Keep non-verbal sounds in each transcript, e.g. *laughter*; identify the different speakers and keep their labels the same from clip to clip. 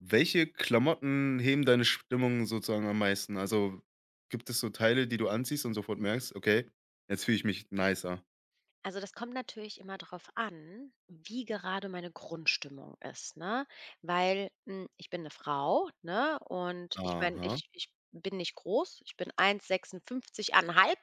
Speaker 1: Welche Klamotten heben deine Stimmung sozusagen am meisten? Also, gibt es so Teile, die du anziehst und sofort merkst: „Okay, jetzt fühle ich mich nicer.“
Speaker 2: Also das kommt natürlich immer darauf an, wie gerade meine Grundstimmung ist, ne? Weil, ich bin eine Frau, ne, und ich meine,
Speaker 1: Aha.
Speaker 2: ich bin nicht groß. Ich bin 1,56 1,5,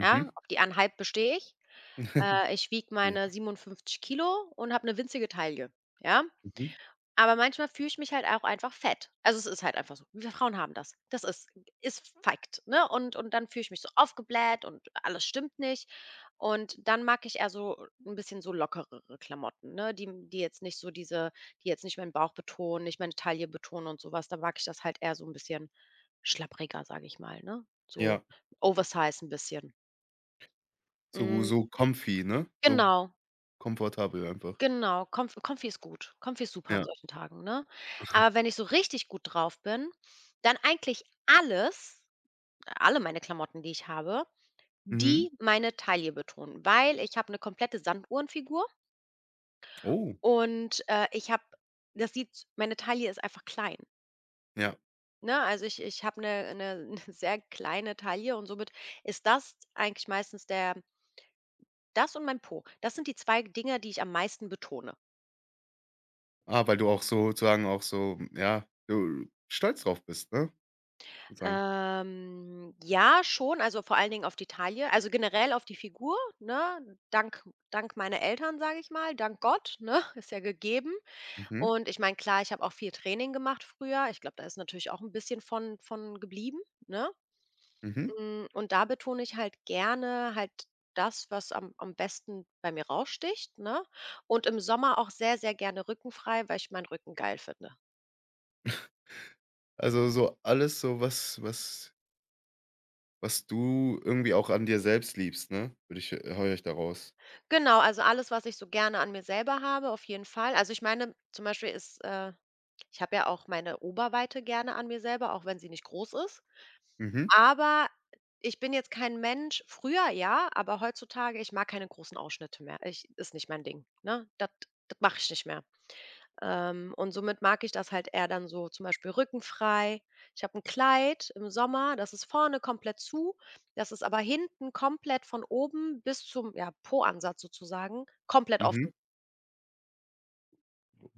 Speaker 2: ja? Auf die 1,5 bestehe ich.
Speaker 1: *laughs*
Speaker 2: Ich wiege
Speaker 1: Ja.
Speaker 2: meine 57 Kilo und habe eine winzige Taille, ja?
Speaker 1: Mhm.
Speaker 2: Aber manchmal fühle ich mich halt auch einfach fett. Also, es ist halt einfach so. Wir Frauen haben das. Das ist Fakt, ne? Und dann fühle ich mich so aufgebläht und alles stimmt nicht. Und dann mag ich eher so ein bisschen so lockerere Klamotten, ne, die jetzt nicht meinen Bauch betonen, nicht meine Taille betonen und sowas was. Da mag ich das halt eher so ein bisschen schlappriger, sage ich mal, ne? So
Speaker 1: Ja.
Speaker 2: Oversize ein bisschen.
Speaker 1: So
Speaker 2: Mhm,
Speaker 1: so comfy, ne? So
Speaker 2: genau.
Speaker 1: komfortabel einfach.
Speaker 2: Genau, Konfi ist gut. Konfi ist super an
Speaker 1: Ja.
Speaker 2: solchen Tagen, ne? Aber wenn ich so richtig gut drauf bin, dann eigentlich alle meine Klamotten, die ich habe,
Speaker 1: Mhm.
Speaker 2: die meine Taille betonen, weil ich habe 'ne komplette Sanduhrenfigur
Speaker 1: Oh,
Speaker 2: und, ich habe das sieht meine Taille ist einfach klein,
Speaker 1: ja.
Speaker 2: ne? Also, ich habe 'ne *laughs* sehr kleine Taille und somit ist das eigentlich meistens der das und mein Po. Das sind die 2 Dinger, die ich am meisten betone.
Speaker 1: Ah, weil du auch so, sozusagen auch so ja, du stolz drauf bist, ne? Sozusagen.
Speaker 2: Ja, schon, also vor allen Dingen auf die Taille, also generell auf die Figur, ne? Dank meiner Eltern, sage ich mal, dank Gott, ne? *laughs* Ist ja gegeben.
Speaker 1: Mhm.
Speaker 2: Und ich meine, klar, ich habe auch viel Training gemacht früher. Ich glaube, da ist natürlich auch ein bisschen von geblieben, ne?
Speaker 1: Mhm.
Speaker 2: Und da betone ich halt gerne halt das, was am besten bei mir raussticht, ne? Und im Sommer auch sehr, sehr gerne rückenfrei, weil ich meinen Rücken geil finde.
Speaker 1: Also, so alles so, was was du irgendwie auch an dir selbst liebst, ne? Würde ich Höre ich daraus.
Speaker 2: Genau, also alles, was ich so gerne an mir selber habe, auf jeden Fall. Also ich meine, zum Beispiel ich habe ja auch meine Oberweite gerne an mir selber, auch wenn sie nicht groß ist.
Speaker 1: Mhm,
Speaker 2: Aber ich bin jetzt kein Mensch, früher ja, aber heutzutage, ich mag keine großen Ausschnitte mehr. Ist nicht mein Ding. Ne? Das mache ich nicht mehr. Und somit mag ich das halt eher dann so zum Beispiel rückenfrei. Ich habe ein Kleid im Sommer, das ist vorne komplett zu, das ist aber hinten komplett von oben bis zum, ja, Po-Ansatz sozusagen komplett offen.
Speaker 1: mhm.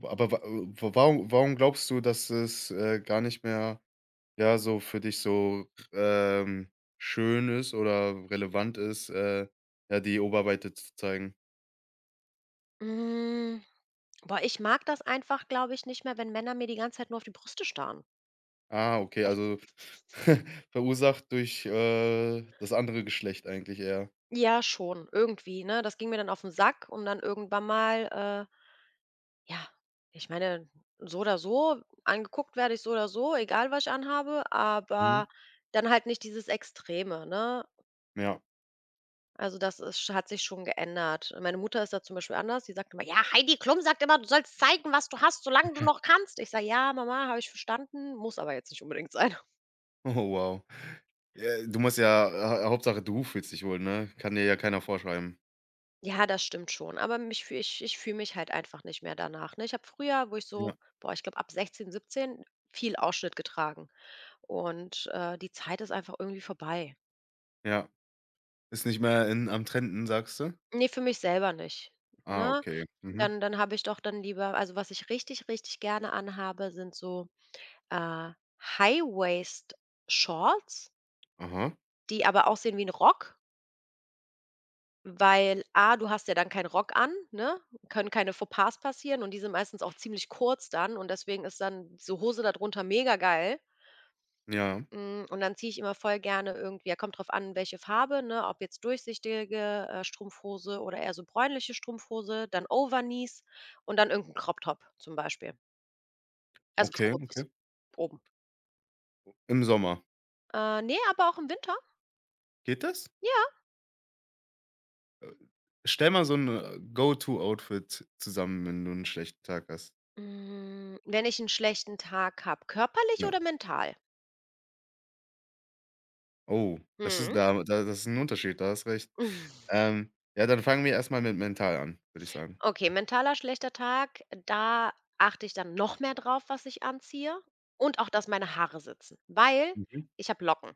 Speaker 1: Aber wa wa warum glaubst du, dass es, gar nicht mehr, ja, so für dich so, schön ist oder relevant ist, ja, die Oberweite zu zeigen?
Speaker 2: Hm, Boah, ich mag das einfach, glaube ich, nicht mehr, wenn Männer mir die ganze Zeit nur auf die Brüste starren.
Speaker 1: Ah, okay, also *laughs* verursacht durch, das andere Geschlecht eigentlich eher.
Speaker 2: Ja, schon, irgendwie, ne? Das ging mir dann auf den Sack und dann irgendwann mal, ja, ich meine, so oder so, angeguckt werde ich so oder so, egal was ich anhabe,
Speaker 1: Mhm.
Speaker 2: aber dann halt nicht dieses Extreme, ne?
Speaker 1: Ja. *laughs*
Speaker 2: Also hat sich schon geändert. Meine Mutter ist da zum Beispiel anders. Die sagt immer, ja, Heidi Klum sagt immer, du sollst zeigen, was du hast, solange du noch kannst. Ich sage, ja, Mama, habe ich verstanden, muss aber jetzt nicht unbedingt sein. *laughs*
Speaker 1: Oh, wow. Du musst ja ha Hauptsache, du fühlst dich wohl, ne? Kann dir ja keiner vorschreiben.
Speaker 2: Ja, das stimmt schon. Aber ich fühle mich halt einfach nicht mehr danach. Ne? Ich habe früher, wo ich so,
Speaker 1: Ja,
Speaker 2: boah, ich glaube ab 16, 17 viel Ausschnitt getragen. Und die Zeit ist einfach irgendwie vorbei.
Speaker 1: ja. Ist nicht mehr in am Trenden, sagst du?
Speaker 2: Ne, für mich selber nicht,
Speaker 1: Ah,
Speaker 2: ne?
Speaker 1: okay. Mhm.
Speaker 2: Dann habe ich doch dann lieber, also, was ich richtig, richtig gerne anhabe, sind so, äh, High-Waist-Shorts,
Speaker 1: Aha.
Speaker 2: die aber aussehen wie 'n Rock, weil A, du hast ja dann keinen Rock an, ne? Können keine Fauxpas passieren und die sind meistens auch ziemlich kurz dann und deswegen ist dann so Hose da drunter mega geil.
Speaker 1: Ja.
Speaker 2: Und dann ziehe ich immer voll gerne, irgendwie, ja, kommt drauf an, welche Farbe, ne, ob jetzt durchsichtige, Strumpfhose oder eher so bräunliche Strumpfhose, dann Overknees und dann irgendein Crop-Top zum Beispiel. Also, was
Speaker 1: Okay,
Speaker 2: Kurzes
Speaker 1: okay.
Speaker 2: oben.
Speaker 1: Im Sommer.
Speaker 2: Ne, aber auch im Winter,
Speaker 1: Geht das?
Speaker 2: ja.
Speaker 1: Äh, Stell mal so ein Go-to-Outfit zusammen, wenn du einen schlechten Tag hast.
Speaker 2: Wenn ich einen schlechten Tag habe, körperlich
Speaker 1: Ja.
Speaker 2: oder mental?
Speaker 1: Oh, das ist
Speaker 2: Mhm.
Speaker 1: da da das ist ein Unterschied, da hast recht.
Speaker 2: *laughs*
Speaker 1: Ja, dann fangen wir erstmal mit mental an, würde ich sagen.
Speaker 2: Okay, mentaler schlechter Tag, da achte ich dann noch mehr drauf, was ich anziehe und auch, dass meine Haare sitzen, weil
Speaker 1: Mhm.
Speaker 2: ich habe Locken.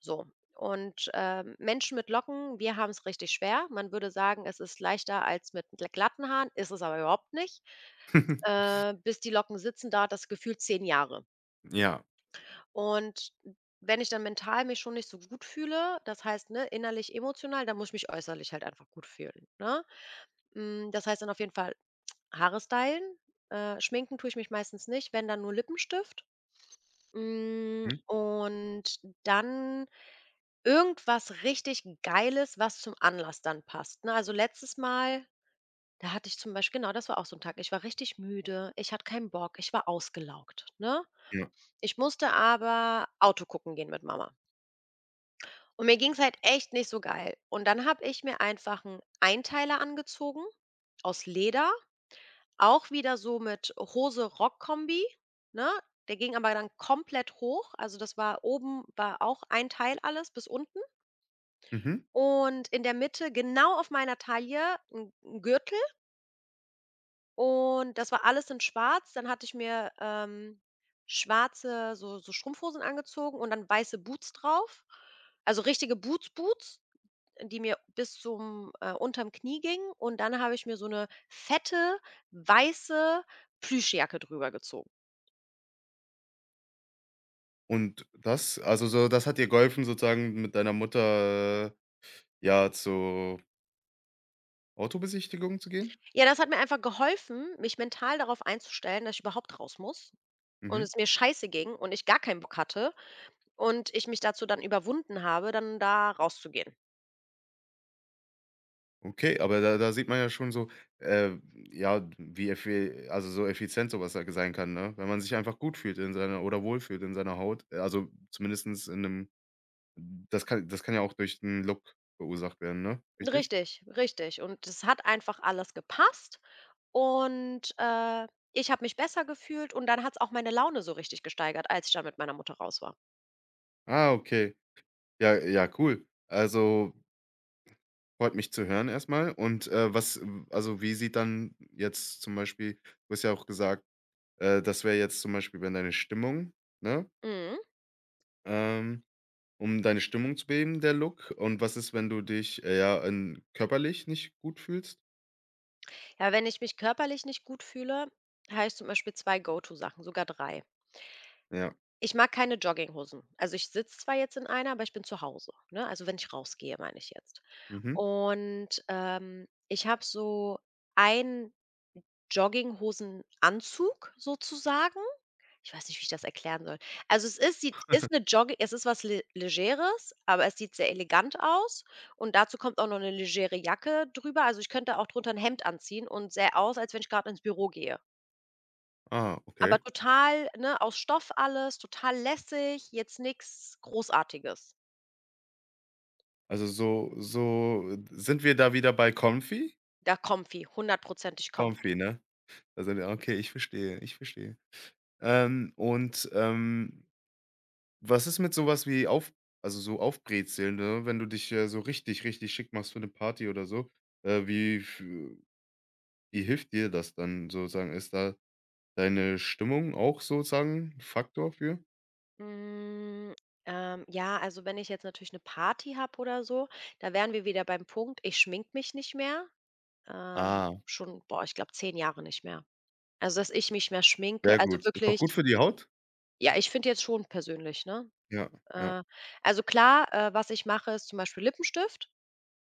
Speaker 2: So. Und, Menschen mit Locken, wir haben es richtig schwer. Man würde sagen, es ist leichter als mit gl glatten Haaren, ist es aber überhaupt nicht.
Speaker 1: *laughs*
Speaker 2: Bis die Locken sitzen, dauert das Gefühl 10 Jahre.
Speaker 1: Ja.
Speaker 2: Und wenn ich dann mental mich schon nicht so gut fühle, das heißt, ne, innerlich, emotional, dann muss ich mich äußerlich halt einfach gut fühlen, ne? Das heißt dann auf jeden Fall Haare stylen, schminken tue ich mich meistens nicht, wenn dann nur Lippenstift.
Speaker 1: Mhm.
Speaker 2: Und dann irgendwas richtig Geiles, was zum Anlass dann passt, ne? Also, letztes Mal, da hatte ich zum Beispiel, genau, das war auch so ein Tag. Ich war richtig müde, ich hatte keinen Bock, ich war ausgelaugt, ne?
Speaker 1: Ja.
Speaker 2: Ich musste aber Auto gucken gehen mit Mama. Und mir ging's halt echt nicht so geil. Und dann habe ich mir einfach 'n Einteiler angezogen aus Leder, auch wieder so mit Hose-Rock-Kombi, ne? Der ging aber dann komplett hoch. Also, das war oben, war auch ein Teil, alles bis unten.
Speaker 1: Mhm.
Speaker 2: Und in der Mitte, genau auf meiner Taille, ein 'n Gürtel, und das war alles in schwarz. Dann hatte ich mir, schwarze so Strumpfhosen angezogen und dann weiße Boots drauf. Also richtige Boots, Boots, die mir bis zum unterm Knie gingen, und dann habe ich mir so eine fette, weiße Plüschjacke drüber gezogen.
Speaker 1: Und das also so das hat dir geholfen, sozusagen mit deiner Mutter, ja, zur Autobesichtigung zu gehen?
Speaker 2: Ja, das hat mir einfach geholfen, mich mental darauf einzustellen, dass ich überhaupt raus muss und
Speaker 1: Mhm.
Speaker 2: es mir scheiße ging und ich gar keinen Bock hatte. Und ich mich dazu dann überwunden habe, dann da rauszugehen.
Speaker 1: Okay, aber da da sieht man ja schon so, äh, ja, wie effi also, so effizient so was halt sein kann, ne? Wenn man sich einfach gut fühlt in seiner oder wohlfühlt in seiner Haut. Also, zumindestens in einem das kann ja auch durch 'n Look verursacht werden, ne? Richtig?
Speaker 2: Richtig, richtig. Und es hat einfach alles gepasst und, ich habe mich besser gefühlt und dann hat es auch meine Laune so richtig gesteigert, als ich da mit meiner Mutter raus war.
Speaker 1: Ah, okay. Ja, ja, cool. Also, freut mich zu hören erstmal. Und, was w also, wie sieht dann jetzt zum Beispiel du hast ja auch gesagt, das wäre jetzt zum Beispiel, wenn deine Stimmung, ne?
Speaker 2: Mhm.
Speaker 1: Ähm, um deine Stimmung zu beheben, der Look. Und was ist, wenn du dich, ja, körperlich nicht gut fühlst?
Speaker 2: Ja, wenn ich mich körperlich nicht gut fühle, habe ich zum Beispiel 2 Go-to-Sachen, sogar 3.
Speaker 1: Ja.
Speaker 2: Ich mag keine Jogginghosen. Also, ich sitze zwar jetzt in einer, aber ich bin zu Hause, ne? Also, wenn ich rausgehe, meine ich jetzt.
Speaker 1: Mhm.
Speaker 2: Und, ich habe so ein Jogginghosenanzug sozusagen. Ich weiß nicht, wie ich das erklären soll. Also, es ist was le Legeres, aber es sieht sehr elegant aus und dazu kommt auch noch eine legere Jacke drüber. Also, ich könnte auch drunter ein Hemd anziehen und sähe aus, als wenn ich gerade ins Büro gehe.
Speaker 1: Ah,
Speaker 2: Aber
Speaker 1: okay.
Speaker 2: total, ne, aus Stoff alles, total lässig, jetzt nix Großartiges.
Speaker 1: Also sind wir da wieder bei comfy?
Speaker 2: Da comfy, hundertprozentig
Speaker 1: Comfy,
Speaker 2: comfy.
Speaker 1: ne? Da sind wir okay, ich verstehe, ich verstehe. Und, was ist mit sowas wie auf also so Aufbrezeln, ne? Wenn du dich, so richtig, richtig schick machst für eine Party oder so, äh, wie f wie hilft dir das dann sozusagen? Ist da deine Stimmung auch sozusagen 'n Faktor für?
Speaker 2: Hm, ja, also wenn ich jetzt natürlich eine Party habe oder so, da wären wir wieder beim Punkt, ich schminke mich nicht mehr,
Speaker 1: Ah.
Speaker 2: schon, boah, ich glaube 10 Jahre nicht mehr. Also, dass ich mich mehr schminke,
Speaker 1: Sehr
Speaker 2: also
Speaker 1: gut. Ist auch
Speaker 2: wirklich,
Speaker 1: gut für die Haut?
Speaker 2: ja, ich finde jetzt schon persönlich, ne?
Speaker 1: Ja, ja.
Speaker 2: Äh, also klar, was ich mache, ist zum Beispiel Lippenstift.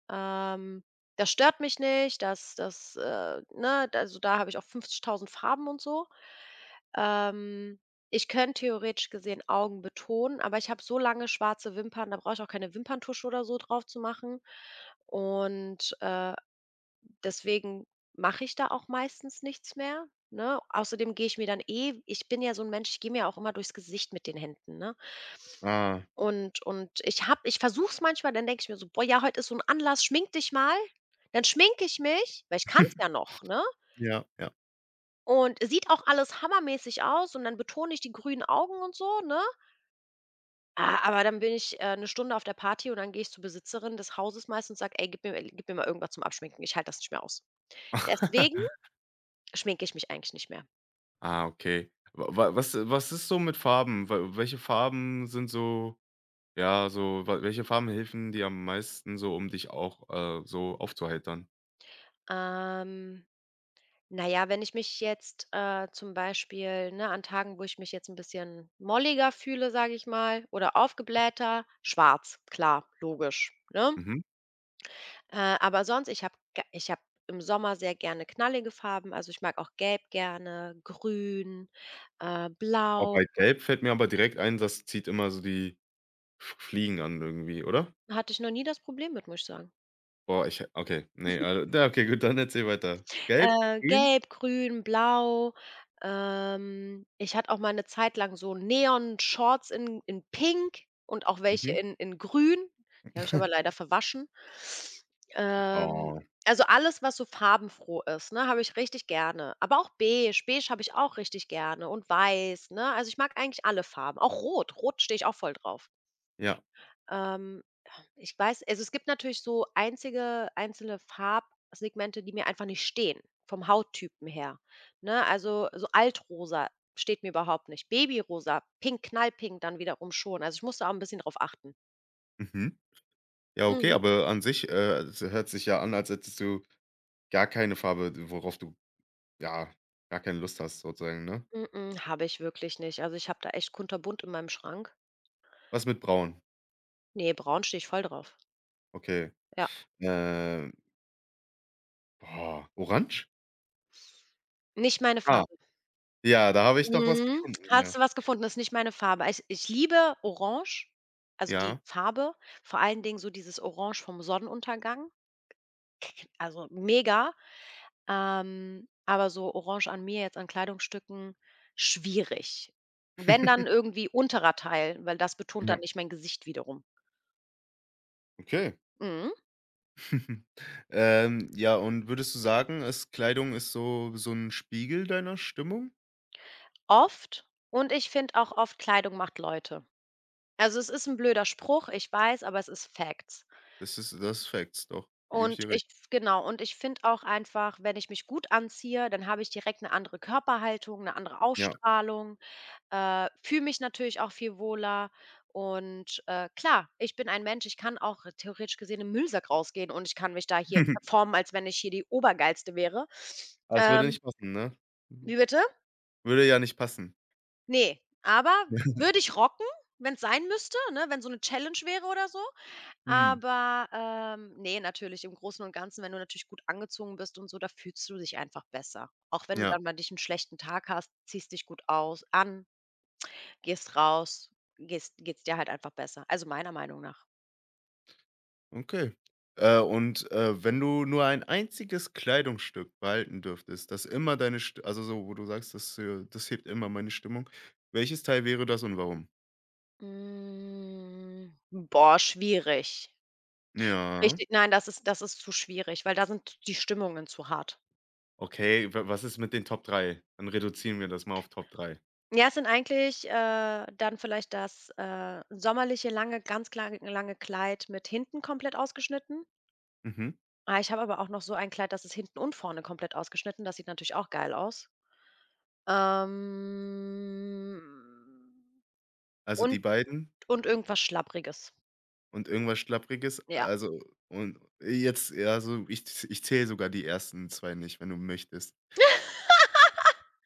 Speaker 2: Ähm, Das stört mich nicht, das, ne, also da habe ich auch 50.000 Farben und so. Ähm, Ich könnte theoretisch gesehen Augen betonen, aber ich habe so lange schwarze Wimpern, da brauche ich auch keine Wimperntusche oder so drauf zu machen. Und, deswegen mache ich da auch meistens nichts mehr, ne? Außerdem gehe ich mir dann eh, ich bin ja so ein Mensch, ich gehe mir auch immer durchs Gesicht mit den Händen, ne?
Speaker 1: Ah.
Speaker 2: Und ich versuche es manchmal, dann denke ich mir so: „Boah, ja, heute ist so ein Anlass, schmink dich mal.“ Dann schminke ich mich, weil ich kann es ja
Speaker 1: *laughs*
Speaker 2: noch, ne?
Speaker 1: Ja, ja.
Speaker 2: Und sieht auch alles hammermäßig aus und dann betone ich die grünen Augen und so, ne? Ah, aber dann bin ich, 'ne Stunde auf der Party und dann gehe ich zur Besitzerin des Hauses meist und sage: „Ey, gib mir mal irgendwas zum Abschminken. Ich halte das nicht mehr aus.“ Deswegen
Speaker 1: *laughs*
Speaker 2: schminke ich mich eigentlich nicht mehr.
Speaker 1: Ah, okay. Wa wa Was was ist so mit Farben? Wa Welche Farben sind so ja, so wa welche Farben helfen dir am meisten so, um dich auch, so aufzuheitern?
Speaker 2: Ähm, na ja, wenn ich mich jetzt, zum Beispiel, ne, an Tagen, wo ich mich jetzt ein bisschen molliger fühle, sage ich mal, oder aufgeblähter, schwarz, klar, logisch, ne?
Speaker 1: Mhm.
Speaker 2: Aber sonst, ich habe im Sommer sehr gerne knallige Farben. Also, ich mag auch Gelb gerne, Grün,
Speaker 1: Oh,
Speaker 2: Blau.
Speaker 1: bei Gelb fällt mir aber direkt ein, das zieht immer so die F Fliegen an irgendwie, oder?
Speaker 2: Hatte ich noch nie das Problem mit, muss ich sagen.
Speaker 1: Boah, ich okay, nee, also, ja, okay, gut, dann erzähl weiter. Gelb, grün?
Speaker 2: Gelb, grün, blau. Ich hatte auch mal 'ne Zeit lang so Neon-Shorts in pink und auch welche
Speaker 1: Mhm.
Speaker 2: in grün. Die habe ich aber leider
Speaker 1: *laughs*
Speaker 2: verwaschen. Ähm,
Speaker 1: Oh,
Speaker 2: also, alles, was so farbenfroh ist, ne, habe ich richtig gerne. Aber auch beige. Beige habe ich auch richtig gerne und weiß, ne? Also, ich mag eigentlich alle Farben, auch rot. Rot stehe ich auch voll drauf.
Speaker 1: ja.
Speaker 2: Ähm, Ich weiß, also, es gibt natürlich so einzige einzelne Farbsegmente, die mir einfach nicht stehen, vom Hauttypen her, ne? Also, so Altrosa steht mir überhaupt nicht. Babyrosa, Pink, Knallpink dann wiederum schon. Also, ich musste auch ein bisschen drauf achten.
Speaker 1: Mhm. Ja, okay,
Speaker 2: Mhm.
Speaker 1: aber an sich, es hört sich ja an, als hättest du gar keine Farbe, worauf du, ja, gar keine Lust hast sozusagen, ne?
Speaker 2: Mm, mm, habe ich wirklich nicht. Also, ich habe da echt kunterbunt in meinem Schrank.
Speaker 1: Was mit braun?
Speaker 2: Ne, braun stehe ich voll drauf.
Speaker 1: Okay.
Speaker 2: Ja.
Speaker 1: Ähm, boah, orange?
Speaker 2: Nicht meine
Speaker 1: Ah,
Speaker 2: Farbe.
Speaker 1: ja, da habe ich doch was
Speaker 2: Mhm.
Speaker 1: gefunden, ja.
Speaker 2: Hast du was gefunden? Ist nicht meine Farbe. Ich liebe Orange, also die
Speaker 1: Ja.
Speaker 2: Farbe, vor allen Dingen so dieses Orange vom Sonnenuntergang, also mega. Aber so Orange an mir jetzt an Kleidungsstücken, schwierig. Wenn, dann
Speaker 1: *laughs*
Speaker 2: irgendwie unterer Teil, weil das betont dann
Speaker 1: Ja,
Speaker 2: nicht mein Gesicht wiederum.
Speaker 1: okay.
Speaker 2: Mhm.
Speaker 1: *laughs* Ja, und würdest du sagen, es Kleidung ist so so ein Spiegel deiner Stimmung?
Speaker 2: Oft, und ich finde auch oft, Kleidung macht Leute. Also, es ist ein blöder Spruch, ich weiß, aber es ist Facts.
Speaker 1: Das ist Facts, doch, da gebe ich
Speaker 2: Und
Speaker 1: dir recht.
Speaker 2: ich genau, und ich finde auch einfach, wenn ich mich gut anziehe, dann habe ich direkt eine andere Körperhaltung, eine andere
Speaker 1: Ja.
Speaker 2: Ausstrahlung, fühle mich natürlich auch viel wohler. Und, klar, ich bin ein Mensch, ich kann auch theoretisch gesehen im Müllsack rausgehen und ich kann mich da hier
Speaker 1: *laughs*
Speaker 2: performen, als wenn ich hier die Obergeilste wäre.
Speaker 1: Aber es würde
Speaker 2: Ähm,
Speaker 1: nicht passen, ne?
Speaker 2: Wie bitte?
Speaker 1: Würde ja nicht passen.
Speaker 2: Ne, aber
Speaker 1: *laughs*
Speaker 2: würde ich rocken, wenn es sein müsste, ne, wenn so eine Challenge wäre oder so?
Speaker 1: Mhm,
Speaker 2: Aber, ne, natürlich im Großen und Ganzen, wenn du natürlich gut angezogen bist und so, da fühlst du dich einfach besser. Auch wenn du
Speaker 1: ja.
Speaker 2: dann mal dich einen schlechten Tag hast, ziehst dich gut aus an, gehst raus, gehst geht's dir halt einfach besser. Also, meiner Meinung nach.
Speaker 1: Okay. Und, wenn du nur ein einziges Kleidungsstück behalten dürftest, das immer deine St also so, wo du sagst: „Das, das hebt immer meine Stimmung.“ Welches Teil wäre das und warum?
Speaker 2: Boah, schwierig.
Speaker 1: Ja,
Speaker 2: Richtig, nein, das ist zu schwierig, weil da sind die Stimmungen zu hart.
Speaker 1: okay. Wa Was ist mit den Top drei? Dann reduzieren wir das mal auf Top 3.
Speaker 2: Ja, es sind eigentlich, dann vielleicht das, sommerliche lange, ganz kla lange Kleid mit hinten komplett ausgeschnitten.
Speaker 1: Mhm.
Speaker 2: Ah, ich habe aber auch noch so ein Kleid, das ist hinten und vorne komplett ausgeschnitten. Das sieht natürlich auch geil aus. Ähm,
Speaker 1: Also, die
Speaker 2: und
Speaker 1: beiden
Speaker 2: und irgendwas Schlappriges.
Speaker 1: und irgendwas Schlappriges.
Speaker 2: Ja.
Speaker 1: Also, und jetzt ja, ich zähle sogar die ersten zwei nicht, wenn du möchtest.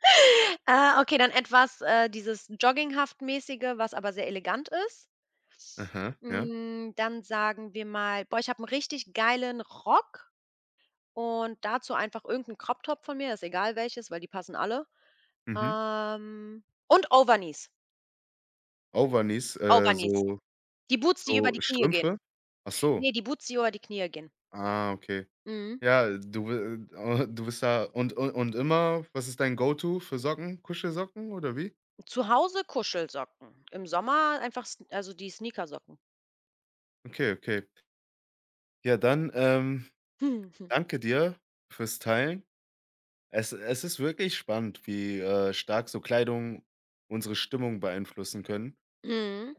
Speaker 2: *laughs* Okay, dann etwas, dieses Jogginghaft-mäßige, was aber sehr elegant ist.
Speaker 1: Aha. Ja?
Speaker 2: Dann sagen wir mal, boah, ich habe einen richtig geilen Rock und dazu einfach irgend Crop-Top von mir, ist egal welches, weil die passen alle.
Speaker 1: Mhm.
Speaker 2: Und Overknees.
Speaker 1: Overknees,
Speaker 2: Overknees.
Speaker 1: so
Speaker 2: Die Boots, die über
Speaker 1: so
Speaker 2: die Knie gehen.
Speaker 1: Strümpfe? Ach so.
Speaker 2: Ne, die Boots, die über die Knie gehen.
Speaker 1: Ah, okay.
Speaker 2: Mhm.
Speaker 1: Ja, du bist da und immer was ist dein Go-to für Socken? Kuschelsocken oder wie?
Speaker 2: Zu Hause Kuschelsocken, im Sommer einfach s also die Sneakersocken.
Speaker 1: Okay, okay. Ja, dann,
Speaker 2: *laughs*
Speaker 1: danke dir fürs Teilen. Es ist wirklich spannend, wie, stark so Kleidung unsere Stimmung beeinflussen können.
Speaker 2: Mhm.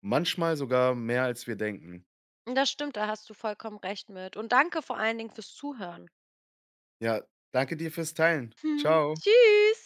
Speaker 1: Manchmal sogar mehr, als wir denken.
Speaker 2: Das stimmt, da hast du vollkommen recht mit, und danke vor allen Dingen fürs Zuhören.
Speaker 1: Ja, danke dir fürs Teilen.
Speaker 2: *laughs*
Speaker 1: Ciao.
Speaker 2: Tschüss.